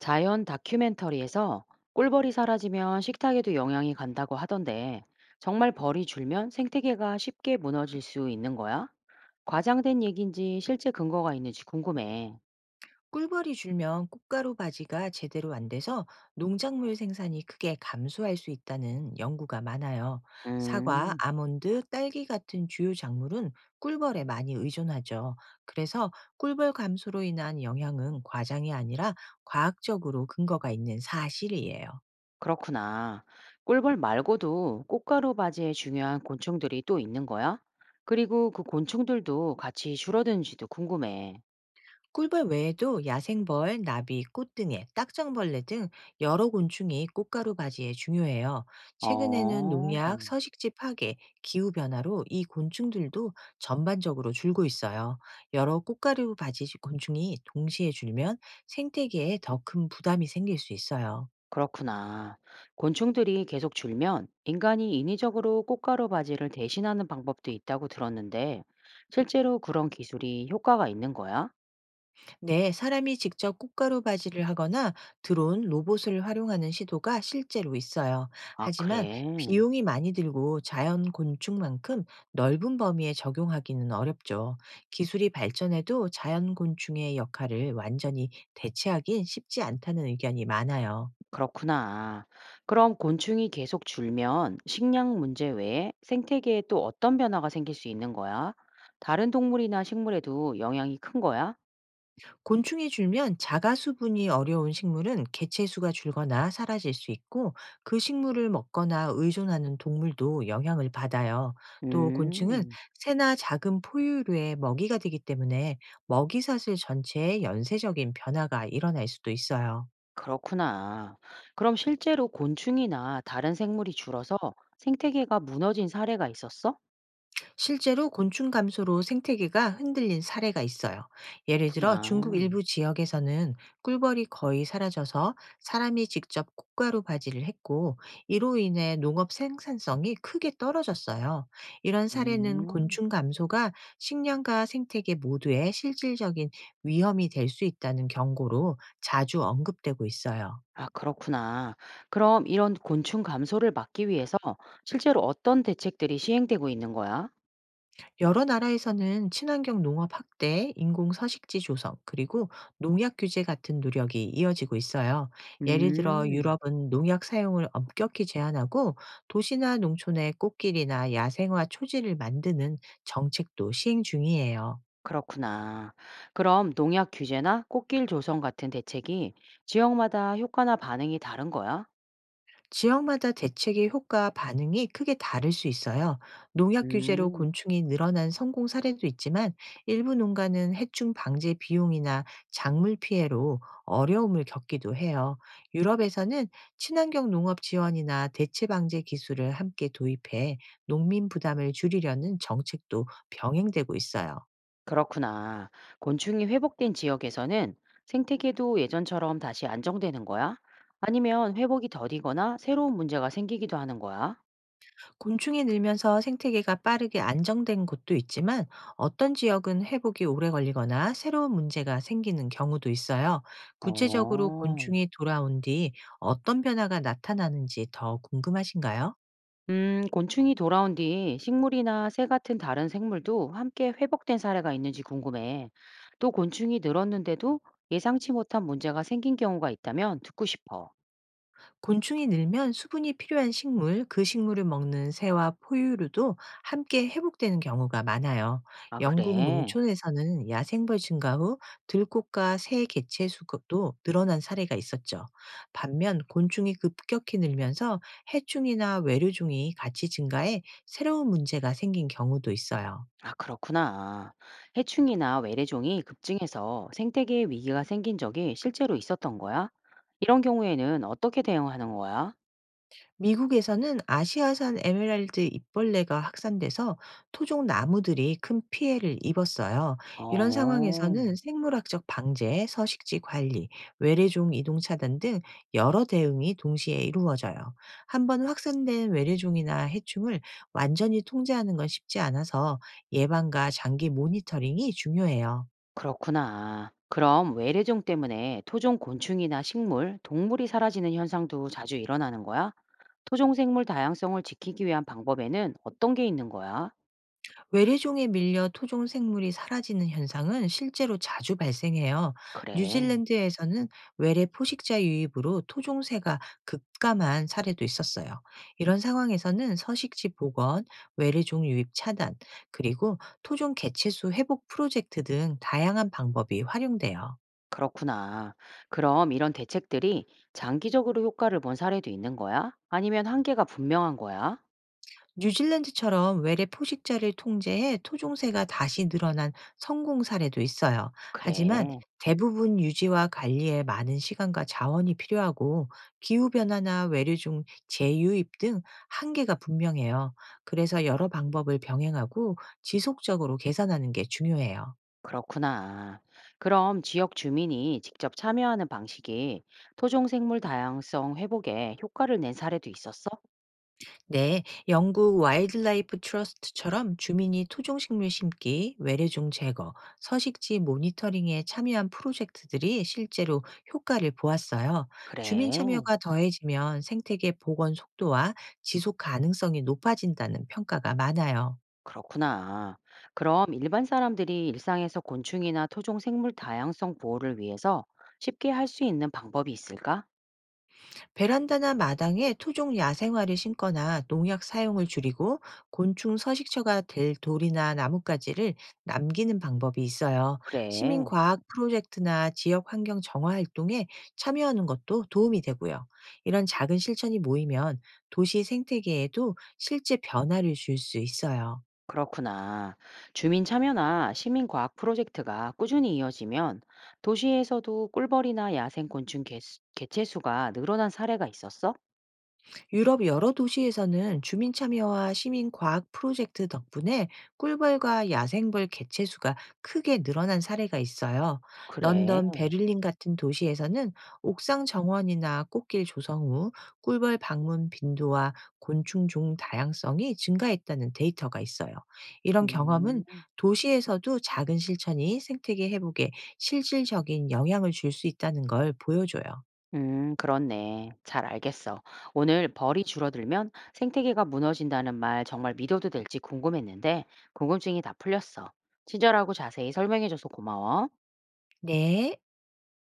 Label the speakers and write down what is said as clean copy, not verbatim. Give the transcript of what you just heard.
Speaker 1: 자연 다큐멘터리에서 꿀벌이 사라지면 식탁에도 영향이 간다고 하던데 정말 벌이 줄면 생태계가 쉽게 무너질 수 있는 거야? 과장된 얘기인지 실제 근거가 있는지 궁금해.
Speaker 2: 꿀벌이 줄면 꽃가루 바지가 제대로 안 돼서 농작물 생산이 크게 감소할 수 있다는 연구가 많아요. 사과,
Speaker 1: 음,
Speaker 2: 아몬드, 딸기 같은 주요 작물은 꿀벌에 많이 의존하죠. 그래서 꿀벌 감소로 인한 영향은 과장이 아니라 과학적으로 근거가 있는 사실이에요.
Speaker 1: 그렇구나. 꿀벌 말고도 꽃가루 바지에 중요한 곤충들이 또 있는 거야? 그리고 그 곤충들도 같이 줄어드는지도 궁금해.
Speaker 2: 꿀벌 외에도 야생벌, 나비, 꽃등에, 딱정벌레 등 여러 곤충이 꽃가루 바지에 중요해요. 최근에는
Speaker 1: 어.
Speaker 2: 농약, 서식지 파괴, 기후변화로 이 곤충들도 전반적으로 줄고 있어요. 여러 꽃가루 바지 곤충이 동시에 줄면 생태계에 더 큰 부담이 생길 수 있어요.
Speaker 1: 그렇구나. 곤충들이 계속 줄면 인간이 인위적으로 꽃가루 바지를 대신하는 방법도 있다고 들었는데, 실제로 그런 기술이 효과가 있는 거야?
Speaker 2: 네, 사람이 직접 꽃가루 바지를 하거나 드론, 로봇을 활용하는 시도가 실제로 있어요.
Speaker 1: 아,
Speaker 2: 하지만
Speaker 1: 그래.
Speaker 2: 비용이 많이 들고 자연 곤충만큼 넓은 범위에 적용하기는 어렵죠. 기술이 발전해도 자연 곤충의 역할을 완전히 대체하긴 쉽지 않다는 의견이 많아요.
Speaker 1: 그렇구나. 그럼 곤충이 계속 줄면 식량 문제 외에 생태계에 또 어떤 변화가 생길 수 있는 거야? 다른 동물이나 식물에도 영향이 큰 거야?
Speaker 2: 곤충이 줄면 자가 수분이 어려운 식물은 개체 수가 줄거나 사라질 수 있고 그 식물을 먹거나 의존하는 동물도 영향을 받아요. 또 곤충은
Speaker 1: 음,
Speaker 2: 새나 작은 포유류의 먹이가 되기 때문에 먹이사슬 전체에 연쇄적인 변화가 일어날 수도 있어요.
Speaker 1: 그렇구나. 그럼 실제로 곤충이나 다른 생물이 줄어서 생태계가 무너진 사례가 있었어?
Speaker 2: 실제로 곤충 감소로 생태계가 흔들린 사례가 있어요. 예를 들어 중국
Speaker 1: 아.
Speaker 2: 일부 지역에서는 꿀벌이 거의 사라져서 사람이 직접 콩가루 바지를 했고 이로 인해 농업 생산성이 크게 떨어졌어요. 이런 사례는
Speaker 1: 음.
Speaker 2: 곤충 감소가 식량과 생태계 모두에 실질적인 위험이 될 수 있다는 경고로 자주 언급되고 있어요.
Speaker 1: 아, 그렇구나. 그럼 이런 곤충 감소를 막기 위해서 실제로 어떤 대책들이 시행되고 있는 거야?
Speaker 2: 여러 나라에서는 친환경 농업 확대, 인공 서식지 조성, 그리고 농약 규제 같은 노력이 이어지고 있어요. 예를 들어
Speaker 1: 음.
Speaker 2: 유럽은 농약 사용을 엄격히 제한하고 도시나 농촌에 꽃길이나 야생화 초지를 만드는 정책도 시행 중이에요.
Speaker 1: 그렇구나. 그럼 농약 규제나 꽃길 조성 같은 대책이 지역마다 효과나 반응이 다른 거야?
Speaker 2: 지역마다 대책의 효과와 반응이 크게 다를 수 있어요. 농약 규제로
Speaker 1: 음.
Speaker 2: 곤충이 늘어난 성공 사례도 있지만 일부 농가는 해충 방제 비용이나 작물 피해로 어려움을 겪기도 해요. 유럽에서는 친환경 농업 지원이나 대체 방제 기술을 함께 도입해 농민 부담을 줄이려는 정책도 병행되고 있어요.
Speaker 1: 그렇구나. 곤충이 회복된 지역에서는 생태계도 예전처럼 다시 안정되는 거야? 아니면 회복이 더디거나 새로운 문제가 생기기도 하는 거야?
Speaker 2: 곤충이 늘면서 생태계가 빠르게 안정된 곳도 있지만 어떤 지역은 회복이 오래 걸리거나 새로운 문제가 생기는 경우도 있어요. 구체적으로
Speaker 1: 어.
Speaker 2: 곤충이 돌아온 뒤 어떤 변화가 나타나는지 더 궁금하신가요?
Speaker 1: 곤충이 돌아온 뒤 식물이나 새 같은 다른 생물도 함께 회복된 사례가 있는지 궁금해. 또 곤충이 늘었는데도 예상치 못한 문제가 생긴 경우가 있다면 듣고 싶어.
Speaker 2: 곤충이 늘면 수분이 필요한 식물, 그 식물을 먹는 새와 포유류도 함께 회복되는 경우가 많아요.
Speaker 1: 아,
Speaker 2: 영국
Speaker 1: 그래?
Speaker 2: 농촌에서는 야생벌 증가 후 들꽃과 새 개체 수도 늘어난 사례가 있었죠. 반면 곤충이 급격히 늘면서 해충이나 외류종이 같이 증가해 새로운 문제가 생긴 경우도 있어요.
Speaker 1: 아, 그렇구나. 해충이나 외래종이 급증해서 생태계에 위기가 생긴 적이 실제로 있었던 거야? 이런 경우에는 어떻게 대응하는 거야?
Speaker 2: 미국에서는 아시아산 에메랄드 잎벌레가 확산돼서 토종 나무들이 큰 피해를 입었어요. 이런
Speaker 1: 어.
Speaker 2: 상황에서는 생물학적 방제, 서식지 관리, 외래종 이동 차단 등 여러 대응이 동시에 이루어져요. 한번 확산된 외래종이나 해충을 완전히 통제하는 건 쉽지 않아서 예방과 장기 모니터링이 중요해요.
Speaker 1: 그렇구나. 그럼 외래종 때문에 토종 곤충이나 식물, 동물이 사라지는 현상도 자주 일어나는 거야? 토종 생물 다양성을 지키기 위한 방법에는 어떤 게 있는 거야?
Speaker 2: 외래종에 밀려 토종 생물이 사라지는 현상은 실제로 자주 발생해요.
Speaker 1: 그래,
Speaker 2: 뉴질랜드에서는 외래 포식자 유입으로 토종새가 급감한 사례도 있었어요. 이런 상황에서는 서식지 복원, 외래종 유입 차단, 그리고 토종 개체수 회복 프로젝트 등 다양한 방법이 활용돼요.
Speaker 1: 그렇구나. 그럼 이런 대책들이 장기적으로 효과를 본 사례도 있는 거야? 아니면 한계가 분명한 거야?
Speaker 2: 뉴질랜드처럼 외래 포식자를 통제해 토종새가 다시 늘어난 성공 사례도 있어요. 하지만
Speaker 1: 그래,
Speaker 2: 대부분 유지와 관리에 많은 시간과 자원이 필요하고 기후변화나 외래종 재유입 등 한계가 분명해요. 그래서 여러 방법을 병행하고 지속적으로 개선하는 게 중요해요.
Speaker 1: 그렇구나. 그럼 지역 주민이 직접 참여하는 방식이 토종 생물 다양성 회복에 효과를 낸 사례도 있었어?
Speaker 2: 네, 영국 와일드라이프 트러스트처럼 주민이 토종식물 심기, 외래종 제거, 서식지 모니터링에 참여한 프로젝트들이 실제로 효과를 보았어요. 주민
Speaker 1: 그래.
Speaker 2: 참여가 더해지면 생태계 복원 속도와 지속 가능성이 높아진다는 평가가 많아요.
Speaker 1: 그렇구나. 그럼 일반 사람들이 일상에서 곤충이나 토종 생물 다양성 보호를 위해서 쉽게 할 수 있는 방법이 있을까?
Speaker 2: 베란다나 마당에 토종 야생화를 심거나 농약 사용을 줄이고 곤충 서식처가 될 돌이나 나뭇가지를 남기는 방법이 있어요.
Speaker 1: 그래,
Speaker 2: 시민과학 프로젝트나 지역 환경 정화 활동에 참여하는 것도 도움이 되고요. 이런 작은 실천이 모이면 도시 생태계에도 실제 변화를 줄 수 있어요.
Speaker 1: 그렇구나. 주민 참여나 시민 과학 프로젝트가 꾸준히 이어지면 도시에서도 꿀벌이나 야생 곤충 개체 수가 늘어난 사례가 있었어?
Speaker 2: 유럽 여러 도시에서는 주민 참여와 시민 과학 프로젝트 덕분에 꿀벌과 야생벌 개체 수가 크게 늘어난 사례가 있어요.
Speaker 1: 그래.
Speaker 2: 런던, 베를린 같은 도시에서는 옥상 정원이나 꽃길 조성 후 꿀벌 방문 빈도와 곤충 종 다양성이 증가했다는 데이터가 있어요. 이런 경험은
Speaker 1: 음.
Speaker 2: 도시에서도 작은 실천이 생태계 회복에 실질적인 영향을 줄 수 있다는 걸 보여줘요.
Speaker 1: 그렇네. 잘 알겠어. 오늘 벌이 줄어들면 생태계가 무너진다는 말 정말 믿어도 될지 궁금했는데 궁금증이 다 풀렸어. 친절하고 자세히 설명해줘서 고마워.
Speaker 2: 네.